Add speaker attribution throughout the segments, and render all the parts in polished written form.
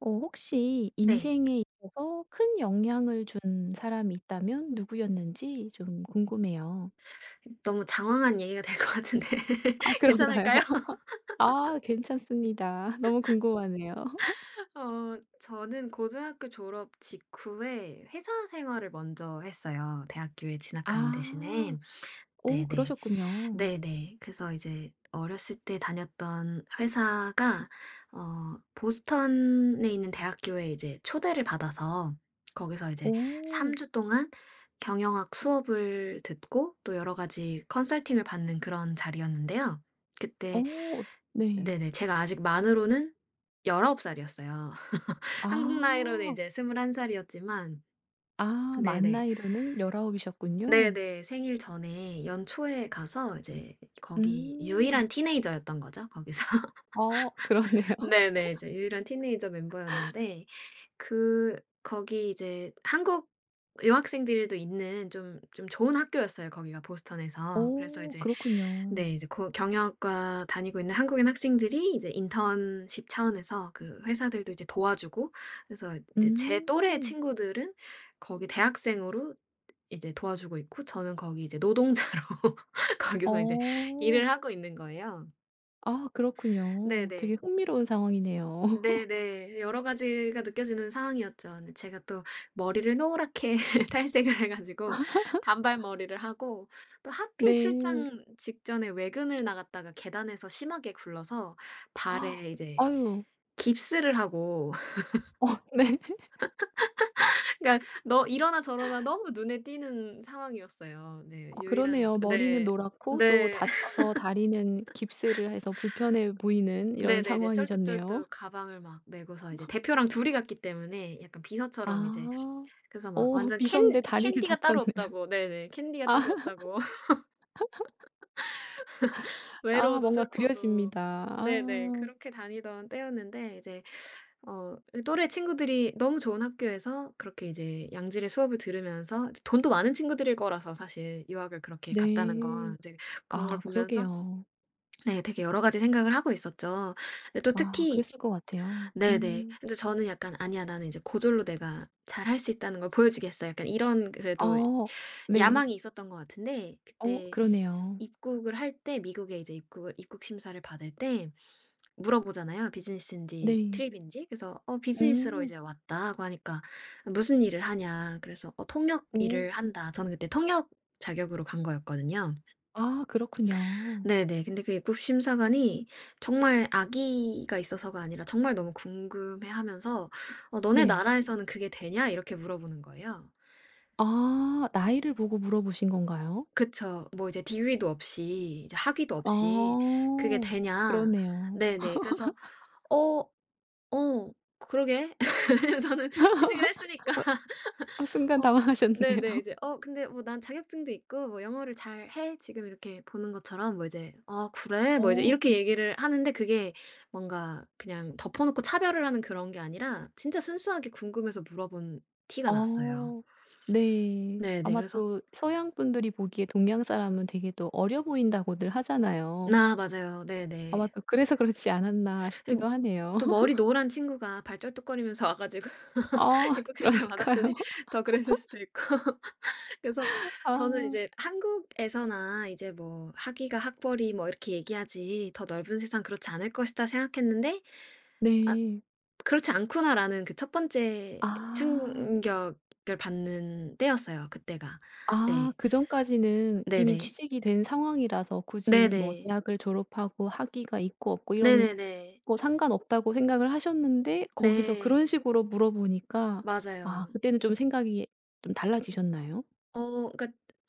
Speaker 1: 혹시
Speaker 2: 네.
Speaker 1: 인생에 있어서 큰 영향을 준 사람이 있다면 누구였는지 좀 궁금해요.
Speaker 2: 너무 장황한 얘기가 될 것 같은데
Speaker 1: 아 그런가요?
Speaker 2: 괜찮을까요?
Speaker 1: 아 괜찮습니다. 너무 궁금하네요.
Speaker 2: 저는 고등학교 졸업 직후에 회사 생활을 먼저 했어요, 대학교에 진학하는 대신에.
Speaker 1: 아. 오
Speaker 2: 네네.
Speaker 1: 그러셨군요.
Speaker 2: 네네. 그래서 이제 어렸을 때 다녔던 회사가 어 보스턴에 있는 대학교에 이제 초대를 받아서 거기서 이제 3
Speaker 1: 오,
Speaker 2: 주 동안 경영학 수업을 듣고 또 여러 가지 컨설팅을 받는 그런 자리였는데요. 그때
Speaker 1: 오, 네.
Speaker 2: 네네. 제가 아직 만으로는 19 살이었어요. 한국 나이로는
Speaker 1: 아.
Speaker 2: 이제 21 살이었지만
Speaker 1: 아 만
Speaker 2: 네네.
Speaker 1: 나이로는 19 이셨군요.
Speaker 2: 네네. 생일 전에 연초에 가서 이제 거기
Speaker 1: 음.
Speaker 2: 유일한 티네이저였던 거죠, 거기서.
Speaker 1: 어 그러네요.
Speaker 2: 네네. 이제 유일한 티네이저 멤버였는데 그 거기 이제 한국 유학생들도 있는 좀 좋은 학교였어요, 거기가 보스턴에서. 그래서
Speaker 1: 오
Speaker 2: 이제
Speaker 1: 그렇군요.
Speaker 2: 네. 이제 그 경영학과 다니고 있는 한국인 학생들이 이제 인턴십 차원에서 그 회사들도 이제 도와주고 그래서 이제 제
Speaker 1: 음.
Speaker 2: 또래 친구들은 거기 대학생으로 이제 도와주고 있고 저는 거기 이제 노동자로 거기서 이제
Speaker 1: 어.
Speaker 2: 일을 하고 있는 거예요.
Speaker 1: 아 그렇군요.
Speaker 2: 네네.
Speaker 1: 되게 흥미로운 상황이네요.
Speaker 2: 네네. 여러 가지가 느껴지는 상황이었죠. 근데 제가 또 머리를 노랗게 탈색을 해 가지고 단발머리를 하고 또 하필
Speaker 1: 네.
Speaker 2: 출장 직전에 외근을 나갔다가 계단에서 심하게 굴러서 발에 이제
Speaker 1: 아유.
Speaker 2: 깁스를 하고
Speaker 1: 어 네.
Speaker 2: 그러니까 너 이러나 저러나 너무 눈에 띄는 상황이었어요. 네.
Speaker 1: 어
Speaker 2: 유일한
Speaker 1: 그러네요. 머리는
Speaker 2: 네.
Speaker 1: 노랗고 또
Speaker 2: 네.
Speaker 1: 다쳐서 다리는 깁스를 해서 불편해 보이는 이런
Speaker 2: 네네. 이제
Speaker 1: 상황이셨네요.
Speaker 2: 쩔뚝쩔뚝 가방을 막 메고서 이제 대표랑 둘이 갔기 때문에 약간 비서처럼 이제
Speaker 1: 아.
Speaker 2: 그래서 막
Speaker 1: 어
Speaker 2: 완전 캔
Speaker 1: 비서인데 다리를
Speaker 2: 캔디가 따로
Speaker 1: 다쳤네.
Speaker 2: 없다고 네네. 캔디가 따로
Speaker 1: 아
Speaker 2: 없다고
Speaker 1: 아
Speaker 2: 외로워도
Speaker 1: 뭔가
Speaker 2: 슬퍼도.
Speaker 1: 그려집니다.
Speaker 2: 네네.
Speaker 1: 아.
Speaker 2: 그렇게 다니던 때였는데 이제 이 또래 친구들이 너무 좋은 학교에서 그렇게 이제 양질의 수업을 들으면서 이제 돈도 많은 친구들일 거라서 사실 유학을 그렇게 갔다는
Speaker 1: 네.
Speaker 2: 건 이제 그런 걸
Speaker 1: 아
Speaker 2: 보면서
Speaker 1: 그러게요.
Speaker 2: 네 되게 여러 가지 생각을 하고 있었죠. 근데 또
Speaker 1: 아
Speaker 2: 특히
Speaker 1: 그랬을 것 같아요.
Speaker 2: 네네.
Speaker 1: 음.
Speaker 2: 근데 저는 약간 '아니야. 나는 이제 고졸로 내가 잘할 수 있다는 걸 보여주겠어.' 약간 이런 그래도
Speaker 1: 아 네.
Speaker 2: 야망이 있었던 것 같은데
Speaker 1: 어
Speaker 2: 그때
Speaker 1: 그러네요.
Speaker 2: 입국을 할 때 미국에 이제 입국 심사를 받을 때 물어보잖아요. 비즈니스인지
Speaker 1: 네.
Speaker 2: 트립인지. 그래서 "어 비즈니스로
Speaker 1: 음.
Speaker 2: 이제 왔다." 고 하니까 "무슨 일을 하냐." 그래서 "어 통역
Speaker 1: 어.
Speaker 2: 일을 한다." 저는 그때 통역 자격으로 간 거였거든요.
Speaker 1: 아 그렇군요.
Speaker 2: 네네. 근데 그 입국 심사관이 정말 아기가 있어서가 아니라 정말 너무 궁금해하면서 "어 너네
Speaker 1: 네.
Speaker 2: 나라에서는 그게 되냐?" 이렇게 물어보는 거예요.
Speaker 1: 아 나이를 보고 물어보신 건가요?
Speaker 2: 그쵸. 뭐 이제 디그리도 없이 이제 학위도 없이 "그게
Speaker 1: 아.
Speaker 2: 되냐?"
Speaker 1: 그러네요.
Speaker 2: 네네. 그래서 어. 어. 그러게. 왜냐면 저는 취직을 했으니까.
Speaker 1: 아 순간
Speaker 2: 어.
Speaker 1: 당황하셨네요.
Speaker 2: 네네. 이제 "어 근데 뭐 난 자격증도 있고 뭐 영어를 잘해." 지금 이렇게 보는 것처럼 뭐 이제 "아 그래?" 뭐 이제
Speaker 1: 어.
Speaker 2: 이렇게 얘기를 하는데 그게 뭔가 그냥 덮어 놓고 차별을 하는 그런 게 아니라 진짜 순수하게 궁금해서 물어본 티가 났어요.
Speaker 1: 아. 네.
Speaker 2: 네네.
Speaker 1: 아마
Speaker 2: 그래서
Speaker 1: 또 서양 분들이 보기에 동양 사람은 되게 또 어려 보인다고들 하잖아요.
Speaker 2: 나, 아 맞아요.
Speaker 1: 아마
Speaker 2: 네네.
Speaker 1: 또 그래서 그렇지 않았나
Speaker 2: 음
Speaker 1: 싶기도 하네요.
Speaker 2: 또 머리 노란 친구가 발쩔뚝거리면서 와 가지고
Speaker 1: 아
Speaker 2: 입국심 잘
Speaker 1: 그러니까요.
Speaker 2: 받았으니 더 그랬을 수도 있고. 그래서 저는
Speaker 1: 아.
Speaker 2: 이제 한국에서나 이제 뭐 학위가 학벌이 뭐 이렇게 얘기하지 더 넓은 세상 그렇지 않을 것이다 생각했는데 아
Speaker 1: 네.
Speaker 2: 그렇지 않구나라는 그 첫 번째
Speaker 1: 아.
Speaker 2: 충격을 받는 때였어요 그때가. 네.
Speaker 1: 아 그전까지는 이미
Speaker 2: 네네.
Speaker 1: 취직이 된 상황이라서 굳이 뭐
Speaker 2: 네네.
Speaker 1: 대학을 졸업하고 학위가 있고 없고 이런
Speaker 2: 네네네.
Speaker 1: 뭐 상관없다고 생각을 하셨는데 거기서 그런
Speaker 2: 네.
Speaker 1: 식으로 물어보니까 아
Speaker 2: 맞아요.
Speaker 1: 그때는 좀 생각이 좀 달라지셨나요?
Speaker 2: 그러니까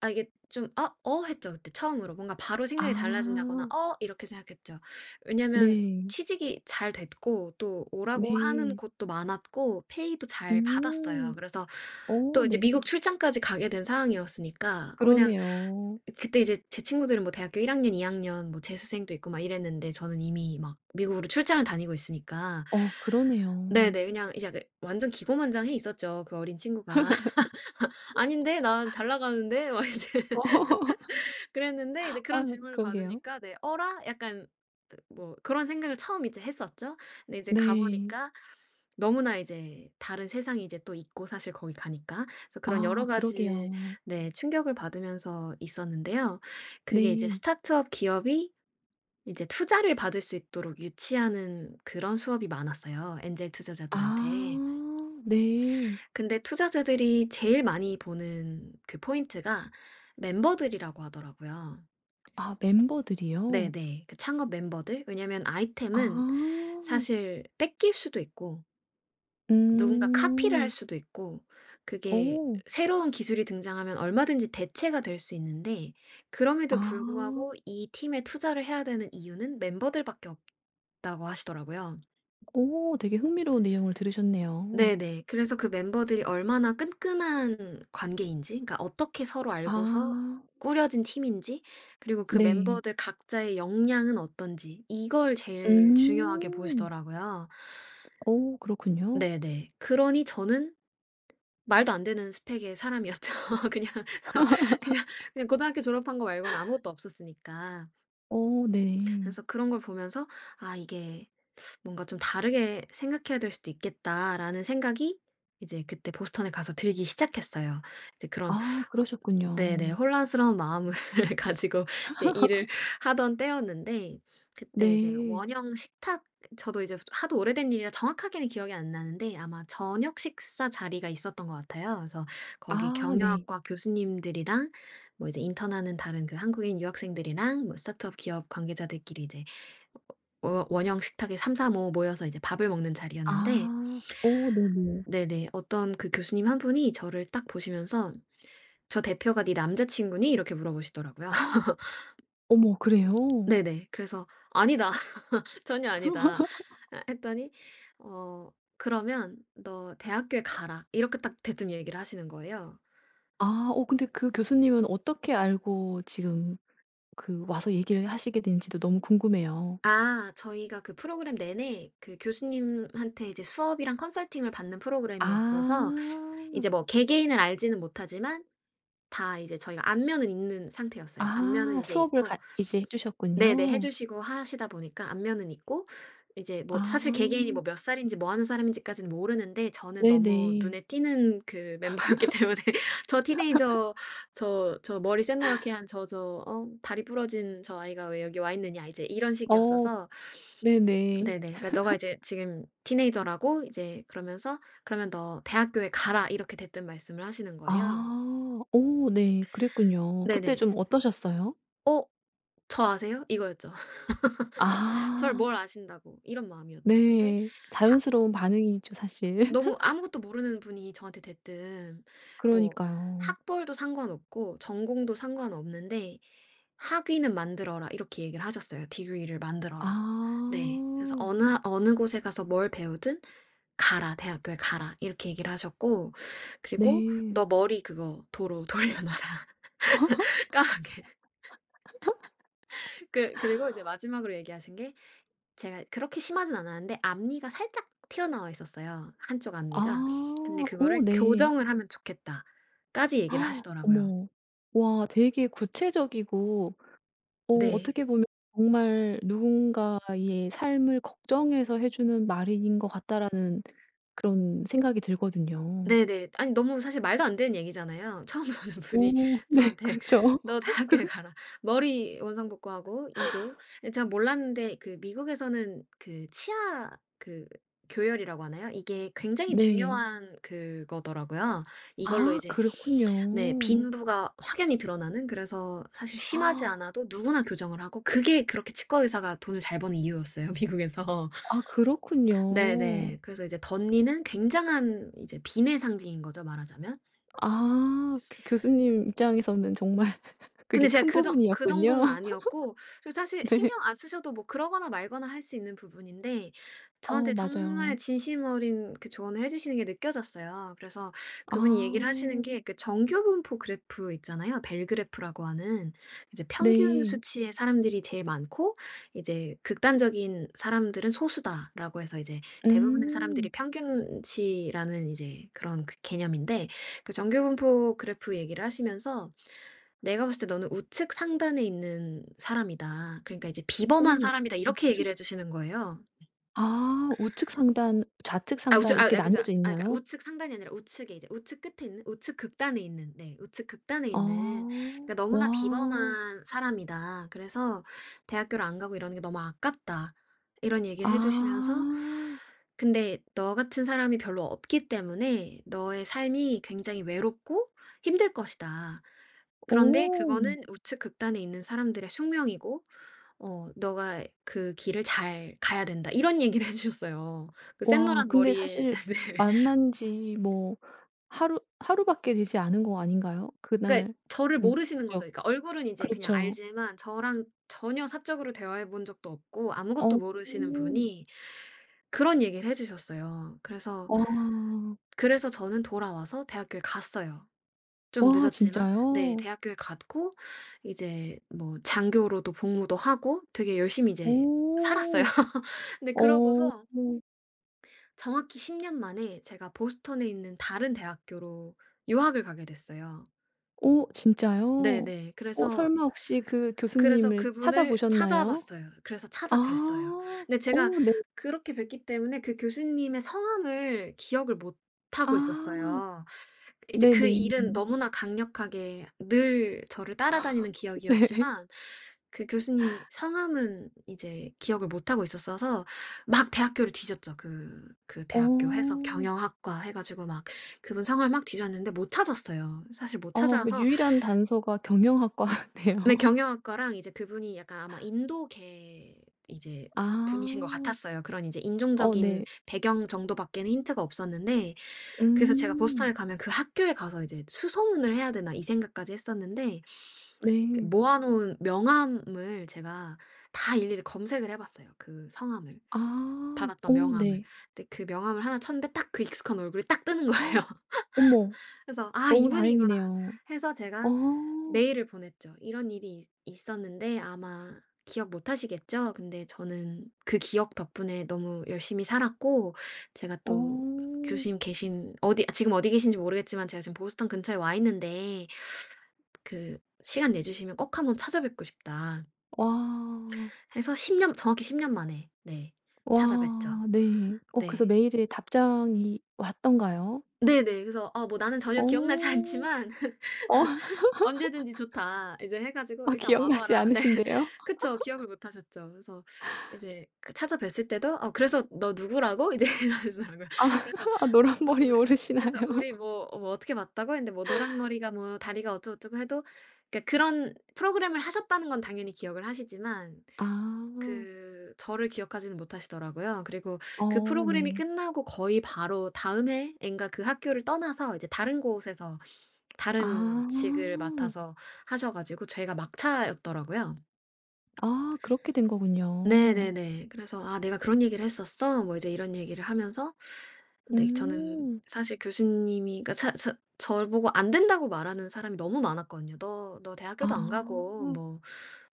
Speaker 2: 아 이게 좀 어? 어.' 했죠 그때 처음으로. 뭔가 바로 생각이 달라진다거나
Speaker 1: 아
Speaker 2: '어.' 이렇게 생각했죠. 왜냐면
Speaker 1: 네.
Speaker 2: 취직이 잘 됐고 또 오라고 하는
Speaker 1: 네.
Speaker 2: 곳도 많았고 페이도 잘 받았어요.
Speaker 1: 음.
Speaker 2: 그래서 또
Speaker 1: 어
Speaker 2: 이제
Speaker 1: 네.
Speaker 2: 미국 출장까지 가게 된 상황이었으니까 어 그냥
Speaker 1: 그러네요.
Speaker 2: 그때 이제 제 친구들은 뭐 대학교 1 학년, 2 학년 뭐 재수생도 있고 막 이랬는데 저는 이미 막 미국으로 출장을 다니고 있으니까
Speaker 1: 어 그러네요.
Speaker 2: 네네. 그냥 이제 그 완전 기고만장해 있었죠 그 어린 친구가. '아닌데? 난 잘 나가는데?' 막 이제 그랬는데 이제 그런
Speaker 1: 아유
Speaker 2: 질문을
Speaker 1: 그러게요.
Speaker 2: 받으니까 네 '어라?' 약간 그 뭐 그런 생각을 처음 이제 했었죠. 근데 이제 가
Speaker 1: 네.
Speaker 2: 보니까 너무나 이제 다른 세상이 이제 또 있고 사실 거기 가니까. 그래서 그런 여러
Speaker 1: 아
Speaker 2: 가지
Speaker 1: 그러게요.
Speaker 2: 네 충격을 받으면서 있었는데요. 그게 이제
Speaker 1: 네.
Speaker 2: 스타트업 기업이 이제 투자를 받을 수 있도록 유치하는 그런 수업이 많았어요, 엔젤
Speaker 1: 아
Speaker 2: 투자자들한테.
Speaker 1: 네.
Speaker 2: 근데 투자자들이 제일 많이 보는 그 포인트가 멤버들이라고 하더라고요.
Speaker 1: 아 멤버들이요?
Speaker 2: 네네. 그 창업 멤버들 왜냐면
Speaker 1: 아.
Speaker 2: 아이템은 사실 뺏길 수도 있고 누군가 카피를 할
Speaker 1: 음.
Speaker 2: 수도 있고 그게
Speaker 1: 어.
Speaker 2: 새로운 기술이 등장하면 얼마든지 대체가 될 수 있는데 그럼에도
Speaker 1: 아.
Speaker 2: 불구하고 이 팀에 투자를 해야 되는 이유는 멤버들밖에 없다고 하시더라고요.
Speaker 1: 오 되게 흥미로운 내용을 들으셨네요.
Speaker 2: 네네. 그래서 그 멤버들이 얼마나 끈끈한 관계인지 그러니까 어떻게 서로 알고서
Speaker 1: 아
Speaker 2: 꾸려진 팀인지 그리고 그
Speaker 1: 네.
Speaker 2: 멤버들 각자의 역량은 어떤지 이걸 제일 중요하게
Speaker 1: 음.
Speaker 2: 보시더라고요.
Speaker 1: 오, 그렇군요.
Speaker 2: 네네. 그러니 저는 말도 안 되는 스펙의 사람이었죠. 그냥 그냥 그냥 고등학교 졸업한 거 말고는 아무것도 없었으니까.
Speaker 1: 오, 네.
Speaker 2: 그래서 그런 걸 보면서 '아 이게 뭔가 좀 다르게 생각해야 될 수도 있겠다'라는 생각이 이제 그때 보스턴에 가서 들기 시작했어요. 이제 그런
Speaker 1: 아
Speaker 2: 허 네네.
Speaker 1: 그러셨군요.
Speaker 2: 혼란스러운 마음을 가지고 이제 일을 하던 때였는데 그때 이제
Speaker 1: 네.
Speaker 2: 원형 식탁 저도 이제 하도 오래된 일이라 정확하게는 기억이 안 나는데 아마 저녁 식사 자리가 있었던 것 같아요. 그래서 거기
Speaker 1: 아 네.
Speaker 2: 경영학과 교수님들이랑 뭐 이제 인턴하는 다른 그 한국인 유학생들이랑 뭐 스타트업 기업 관계자들끼리 이제 원형 식탁에 3-4-5 모여서 이제 밥을 먹는 자리였는데
Speaker 1: 아. 오, 네네.
Speaker 2: 네네 어떤 그 교수님 한 분이 저를 딱 보시면서 "저 대표가 네 남자 친구니?" 이렇게 물어보시더라고요.
Speaker 1: 어머 그래요?
Speaker 2: 네네. 그래서 "아니다. 전혀 아니다." 아 했더니 어 "그러면 너 대학교에 가라." 이렇게 딱 대뜸 얘기를 하시는 거예요.
Speaker 1: 아 근데 그 교수님은 어떻게 알고 지금 그 와서 얘기를 하시게 된지도 너무 궁금해요.
Speaker 2: 아 저희가 그 프로그램 내내 그 교수님한테 이제 수업이랑 컨설팅을 받는 프로그램이었어서
Speaker 1: 아.
Speaker 2: 이제 뭐 개개인을 알지는 못하지만 다 이제 저희가 안면은 있는 상태였어요. 안면은
Speaker 1: 아
Speaker 2: 이제
Speaker 1: 수업을
Speaker 2: 있고
Speaker 1: 같 이제 해
Speaker 2: 네네 해
Speaker 1: 주셨군요.
Speaker 2: 주시고 하시다 보니까 안면은 있고 이제 뭐 사실 개개인이 뭐
Speaker 1: 아.
Speaker 2: 몇 살인지 뭐 하는 사람인지까지는 모르는데 저는 너무
Speaker 1: 네네.
Speaker 2: 눈에 띄는 그 멤버였기 때문에 "저 티네이저 저 저 머리 샛노랗게 한 저 저 어 다리 부러진 저 아이가 왜 여기 와 있느냐." 이제 이런
Speaker 1: 어.
Speaker 2: 식이었어서
Speaker 1: 네네.
Speaker 2: 네네 그러니까 "너가 이제 지금 티네이저라고 이제 그러면서 그러면 너 대학교에 가라." 이렇게 대뜸 말씀을 하시는 거예요.
Speaker 1: 아. 오 네. 그랬군요. 그때
Speaker 2: 네네.
Speaker 1: 좀 어떠셨어요?
Speaker 2: "어 저 아세요?" 이거였죠. 저를 뭘
Speaker 1: 아.
Speaker 2: 아신다고 이런 마음이었죠. 근데
Speaker 1: 네.
Speaker 2: 하
Speaker 1: 자연스러운 반응이죠 사실.
Speaker 2: 너무 아무것도 모르는 분이 저한테 대뜸 뭐
Speaker 1: 그러니까요.
Speaker 2: "학벌도 상관없고 전공도 상관없는데 학위는 만들어라." 이렇게 얘기를 하셨어요. "Degree를 만들어라." 네. 그래서
Speaker 1: 아.
Speaker 2: "어느 어느 곳에 가서 뭘 배우든 가라. 대학교에 가라." 이렇게 얘기를 하셨고 그리고
Speaker 1: 네.
Speaker 2: "너 머리 그거 도로 돌려놔라 까맣게." 그리고 이제 마지막으로 얘기하신 게 제가 그렇게 심하진 않았는데 앞니가 살짝 튀어나와 있었어요, 한쪽 앞니가. 근데
Speaker 1: 아. 오
Speaker 2: 그거를
Speaker 1: 네.
Speaker 2: "교정을 하면 좋겠다."까지 얘기를 하시더라고요.
Speaker 1: 어머. 와 되게 구체적이고
Speaker 2: 네.
Speaker 1: 어떻게 보면 정말 누군가의 삶을 걱정해서 해 주는 말인 것 같다라는 그런 생각이 들거든요.
Speaker 2: 네네. 아니 너무 사실 말도 안 되는 얘기잖아요. 처음 보는 분이
Speaker 1: 어 네.
Speaker 2: 저한테
Speaker 1: 그렇죠.
Speaker 2: "너 대학교에
Speaker 1: 그
Speaker 2: 가라." 머리 원상복구하고 이도 근데 제가 몰랐는데 그 미국에서는 그 치아 그 교열이라고 하나요? 이게 굉장히
Speaker 1: 네.
Speaker 2: 중요한 그거더라고요. 이걸로
Speaker 1: 아
Speaker 2: 이제 네.
Speaker 1: 그렇군요.
Speaker 2: 빈부가 확연히 드러나는 그래서 사실 심하지 않아도 누구나 교정을 하고 그게 그렇게 치과 의사가 돈을 잘 버는 이유였어요 미국에서.
Speaker 1: 아 그렇군요.
Speaker 2: 네네. 그래서 이제 덧니는 굉장한 이제 빈의 상징인 거죠 말하자면.
Speaker 1: 아 그 교수님 입장에서는 정말
Speaker 2: 근데
Speaker 1: 그게
Speaker 2: 제가
Speaker 1: 큰
Speaker 2: 그정 그 정도는
Speaker 1: 부분이었군요.
Speaker 2: 아니었고 그리고 사실
Speaker 1: 네.
Speaker 2: 신경 안 쓰셔도 뭐 그러거나 말거나 할 수 있는 부분인데
Speaker 1: 어
Speaker 2: 저한테 정말
Speaker 1: 맞아요.
Speaker 2: 진심 어린 그 조언을 해 주시는 게 느껴졌어요. 그래서
Speaker 1: 아
Speaker 2: 그분이 얘기를 하시는 게 그 정교분포 그래프 있잖아요. 벨 그래프라고 하는 이제 평균
Speaker 1: 네.
Speaker 2: 수치의 사람들이 제일 많고 이제 극단적인 사람들은 소수다라고 해서 이제 대부분의 사람들이
Speaker 1: 음.
Speaker 2: 평균치라는 이제 그런 그 개념인데 그 정교분포 그래프 얘기를 하시면서 내가 봤을 때 "너는 우측 상단에 있는 사람이다. 그러니까 이제
Speaker 1: 오
Speaker 2: 비범한 사람이다." 이렇게
Speaker 1: 우측
Speaker 2: 얘기를 해 주시는 거예요.
Speaker 1: 우측 상단, 좌측
Speaker 2: 아 우측
Speaker 1: 상단
Speaker 2: 아
Speaker 1: 이렇게
Speaker 2: 아 그죠. 아
Speaker 1: 나뉘어져
Speaker 2: 그러니까
Speaker 1: 있나요?
Speaker 2: 우측 상단이 아니라 우측에 이제 우측 끝에 있는 우측 극단에 있는 네 우측 극단에 있는
Speaker 1: 아.
Speaker 2: 그러니까 "너무나
Speaker 1: 와.
Speaker 2: 비범한 사람이다. 그래서 대학교를 안 가고 이러는 게 너무 아깝다." 이런 얘기를 해
Speaker 1: 아.
Speaker 2: 주시면서 "근데 너 같은 사람이 별로 없기 때문에 너의 삶이 굉장히 외롭고 힘들 것이다." 그런데
Speaker 1: 오
Speaker 2: 그거는 우측 극단에 있는 사람들의 숙명이고 "너가 그 길을 잘 가야 된다." 이런 얘기를 해 주셨어요. 그
Speaker 1: 와
Speaker 2: 샛노란
Speaker 1: 근데
Speaker 2: 머리에
Speaker 1: 사실
Speaker 2: 네.
Speaker 1: 만난 지뭐 하루 하루밖에 되지 않은 거 아닌가요?
Speaker 2: 그러니까
Speaker 1: 그날
Speaker 2: 저를
Speaker 1: 아니
Speaker 2: 모르시는 거죠.
Speaker 1: 그죠.
Speaker 2: 그러니까 얼굴은 이제 그냥
Speaker 1: 그렇죠.
Speaker 2: 알지만 저랑 전혀 사적으로 대화해 본 적도 없고 아무것도
Speaker 1: 어.
Speaker 2: 모르시는 분이 그런 얘기를 해 주셨어요. 그래서
Speaker 1: 와.
Speaker 2: 그래서 저는 돌아와서 대학교에 갔어요. 좀
Speaker 1: 와
Speaker 2: 늦었지만 네
Speaker 1: 진짜요?
Speaker 2: 대학교에 갔고 이제 뭐 장교로도 복무도 하고 되게 열심히 이제 살았어요.
Speaker 1: 오.
Speaker 2: 근데
Speaker 1: 어.
Speaker 2: 그러고서 정확히 10년 만에 제가 보스턴에 있는 다른 대학교로 유학을 가게 됐어요.
Speaker 1: 어 진짜요?
Speaker 2: 네네. 그래서
Speaker 1: 설마 혹시 그
Speaker 2: 그래서
Speaker 1: 교수님을
Speaker 2: 그분을
Speaker 1: 찾아보셨나요?
Speaker 2: 찾아봤어요. 그래서 찾아뵀어요.
Speaker 1: 아.
Speaker 2: 근데 제가
Speaker 1: 어 네.
Speaker 2: 그렇게 뵀기 때문에 그 교수님의 성함을 기억을 못 하고
Speaker 1: 아.
Speaker 2: 있었어요. 이제 그
Speaker 1: 네네.
Speaker 2: 일은 너무나 강력하게 늘 저를 따라다니는
Speaker 1: 네.
Speaker 2: 기억이었지만 그 교수님 성함은 이제 기억을 못하고 있었어서 막 대학교를 뒤졌죠. 그 대학교 해서
Speaker 1: 어.
Speaker 2: 경영학과 해가지고 막 그분 성함을 막 뒤졌는데 못 찾았어요. 사실 못
Speaker 1: 아 그
Speaker 2: 찾아서.
Speaker 1: 유일한 단서가 경영학과네요.
Speaker 2: 근데 경영학과랑 이제 그분이 약간 아마 인도계 이제
Speaker 1: 아.
Speaker 2: 분이신 것 같았어요. 그런 이제
Speaker 1: 어
Speaker 2: 인종적인
Speaker 1: 네.
Speaker 2: 배경 정도밖에는 힌트가 없었는데 그래서 제가
Speaker 1: 음.
Speaker 2: 보스턴에 가면 그 학교에 가서 이제 '수소문을 해야 되나.' 이 생각까지 했었는데 그
Speaker 1: 네.
Speaker 2: 모아 놓은 명함을 제가 다 일일이 검색을 해 봤어요, 그 성함을.
Speaker 1: 아.
Speaker 2: 받았던
Speaker 1: 어
Speaker 2: 명함을.
Speaker 1: 네.
Speaker 2: 근데 그 명함을 하나 쳤는데 딱 그 익숙한 얼굴이 딱 뜨는 거예요.
Speaker 1: 어머
Speaker 2: 그래서 '아
Speaker 1: 너무
Speaker 2: 이분이구나.'
Speaker 1: 다행이네요.
Speaker 2: 해서
Speaker 1: 어.
Speaker 2: 제가 메일을 보냈죠. "이런 일이 있 있었는데 아마 기억 못 하시겠죠? 근데 저는 그 기억 덕분에 너무 열심히 살았고 제가 또
Speaker 1: 어.
Speaker 2: 교수님 계신 어디 지금 어디 계신지 모르겠지만 제가 지금 보스턴 근처에 와 있는데 그 시간 내주시면 꼭 한번 찾아뵙고 싶다."
Speaker 1: 와.
Speaker 2: 해서 10년 정확히 10년 만에 네 찾아뵀죠.
Speaker 1: 와 네. 그래서
Speaker 2: 네.
Speaker 1: 메일에 답장이 왔던가요?
Speaker 2: 네네. 그래서 어 뭐 나는 전혀 기억나지
Speaker 1: 어.
Speaker 2: 않지만
Speaker 1: 어
Speaker 2: 언제든지 좋다. 이제 해 가지고
Speaker 1: 아
Speaker 2: "일단 와
Speaker 1: 기억나지
Speaker 2: 봐라." 네.
Speaker 1: 않으신데요?
Speaker 2: 그쵸. 기억을 못 하셨죠. 그래서 이제 그 찾아뵀을 때도 "어 그래서 너 누구라고?" 이제 이러시더라고요.
Speaker 1: 아
Speaker 2: 그래서
Speaker 1: 아
Speaker 2: 그래서 뭐
Speaker 1: 노란머리
Speaker 2: 우리 그래서
Speaker 1: 모르시나요?
Speaker 2: "우리 뭐 어떻게 봤다고?" 했는데 뭐 노랑 머리가 뭐 다리가 어쩌고저쩌고." 해도 그러니까 그런 프로그램을 하셨다는 건 당연히 기억을 하시지만
Speaker 1: 아.
Speaker 2: 그 저를 기억하지는 못하시더라고요. 그리고 그
Speaker 1: 어
Speaker 2: 프로그램이
Speaker 1: 네.
Speaker 2: 끝나고 거의 바로 다음 해인가 그 학교를 떠나서 이제 다른 곳에서
Speaker 1: 아.
Speaker 2: 다른 직을 맡아서 하셔 가지고 저희가 막차였더라고요.
Speaker 1: 아 그렇게 된 거군요.
Speaker 2: 네네네. 그래서 "아 내가 그런 얘기를 했었어?" 뭐 이제 이런 얘기를 하면서 근데 저는
Speaker 1: 음.
Speaker 2: 사실 교수님이 그러니까 사 저를 보고 안 된다고 말하는 사람이 너무 많았거든요. "너
Speaker 1: 아.
Speaker 2: 대학교도 안 가고 뭐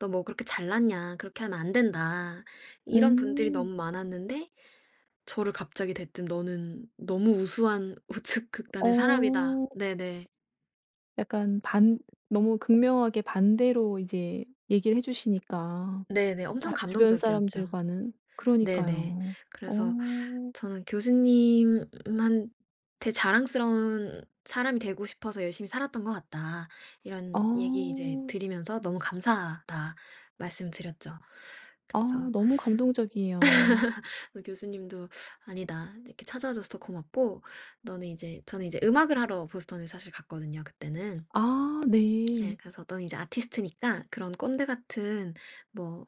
Speaker 2: 너 뭐 그렇게 잘났냐. 그렇게 하면 안 된다." 이런 분들이
Speaker 1: 음.
Speaker 2: 너무 많았는데 저를 갑자기 대뜸 "너는 너무 우수한 우측 극단의 사람이다."
Speaker 1: 어.
Speaker 2: 네네.
Speaker 1: 약간 반 너무 극명하게 반대로 이제 얘기를 해 주시니까
Speaker 2: 네네.
Speaker 1: 다
Speaker 2: 엄청
Speaker 1: 주변
Speaker 2: 감동적이었죠.
Speaker 1: 사람들과는.
Speaker 2: 네네.
Speaker 1: 그러니까요.
Speaker 2: 그래서
Speaker 1: 어.
Speaker 2: 저는 교수님한테 자랑스러운 사람이 되고 싶어서 열심히 살았던 것 같다.
Speaker 1: 아.
Speaker 2: 이런 얘기 이제 드리면서 너무 감사하다 말씀드렸죠.
Speaker 1: 아
Speaker 2: 그래서
Speaker 1: 너무 감동적이에요.
Speaker 2: 교수님도 아니다. 이렇게 찾아줘서 더 고맙고, 너는 이제, 저는 이제 음악을 하러 보스턴에 사실 갔거든요. 그때는.
Speaker 1: 아
Speaker 2: 예,
Speaker 1: 네.
Speaker 2: 그래서 너는 이제 아티스트니까 그런 꼰대 같은 뭐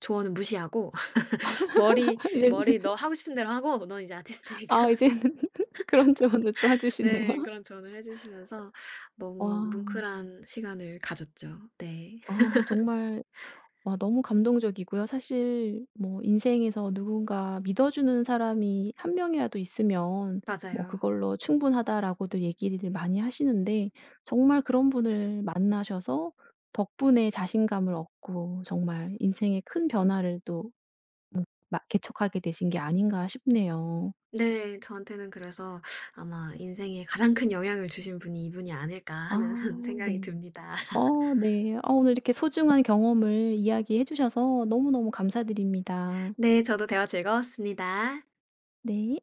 Speaker 2: 조언은 무시하고, 머리,
Speaker 1: 이제는
Speaker 2: 머리 너 하고 싶은 대로 하고, 넌 이제 아티스트니까.
Speaker 1: 아 이제는 그런 조언을 또 해 주시네요.
Speaker 2: 네. 그런 조언을 해 주시면서
Speaker 1: 와.
Speaker 2: 너무 뭉클한 시간을 가졌죠. 네.
Speaker 1: 아 정말 와 너무 감동적이고요. 사실 뭐 인생에서 누군가 믿어주는 사람이 한 명이라도 있으면 뭐
Speaker 2: 맞아요.
Speaker 1: "그걸로 충분하다."라고들 얘기를 많이 하시는데 정말 그런 분을 만나셔서 덕분에 자신감을 얻고 정말 인생에 큰 변화를 또 음 개척하게 되신 게 아닌가 싶네요.
Speaker 2: 네. 저한테는 그래서 아마 '인생에 가장 큰 영향을 주신 분이 이분이 아닐까.'
Speaker 1: 아
Speaker 2: 하는 생각이
Speaker 1: 네.
Speaker 2: 듭니다.
Speaker 1: 어 네. 오늘 이렇게 소중한 경험을 이야기해 주셔서 너무너무 감사드립니다.
Speaker 2: 네. 저도 대화 즐거웠습니다.
Speaker 1: 네.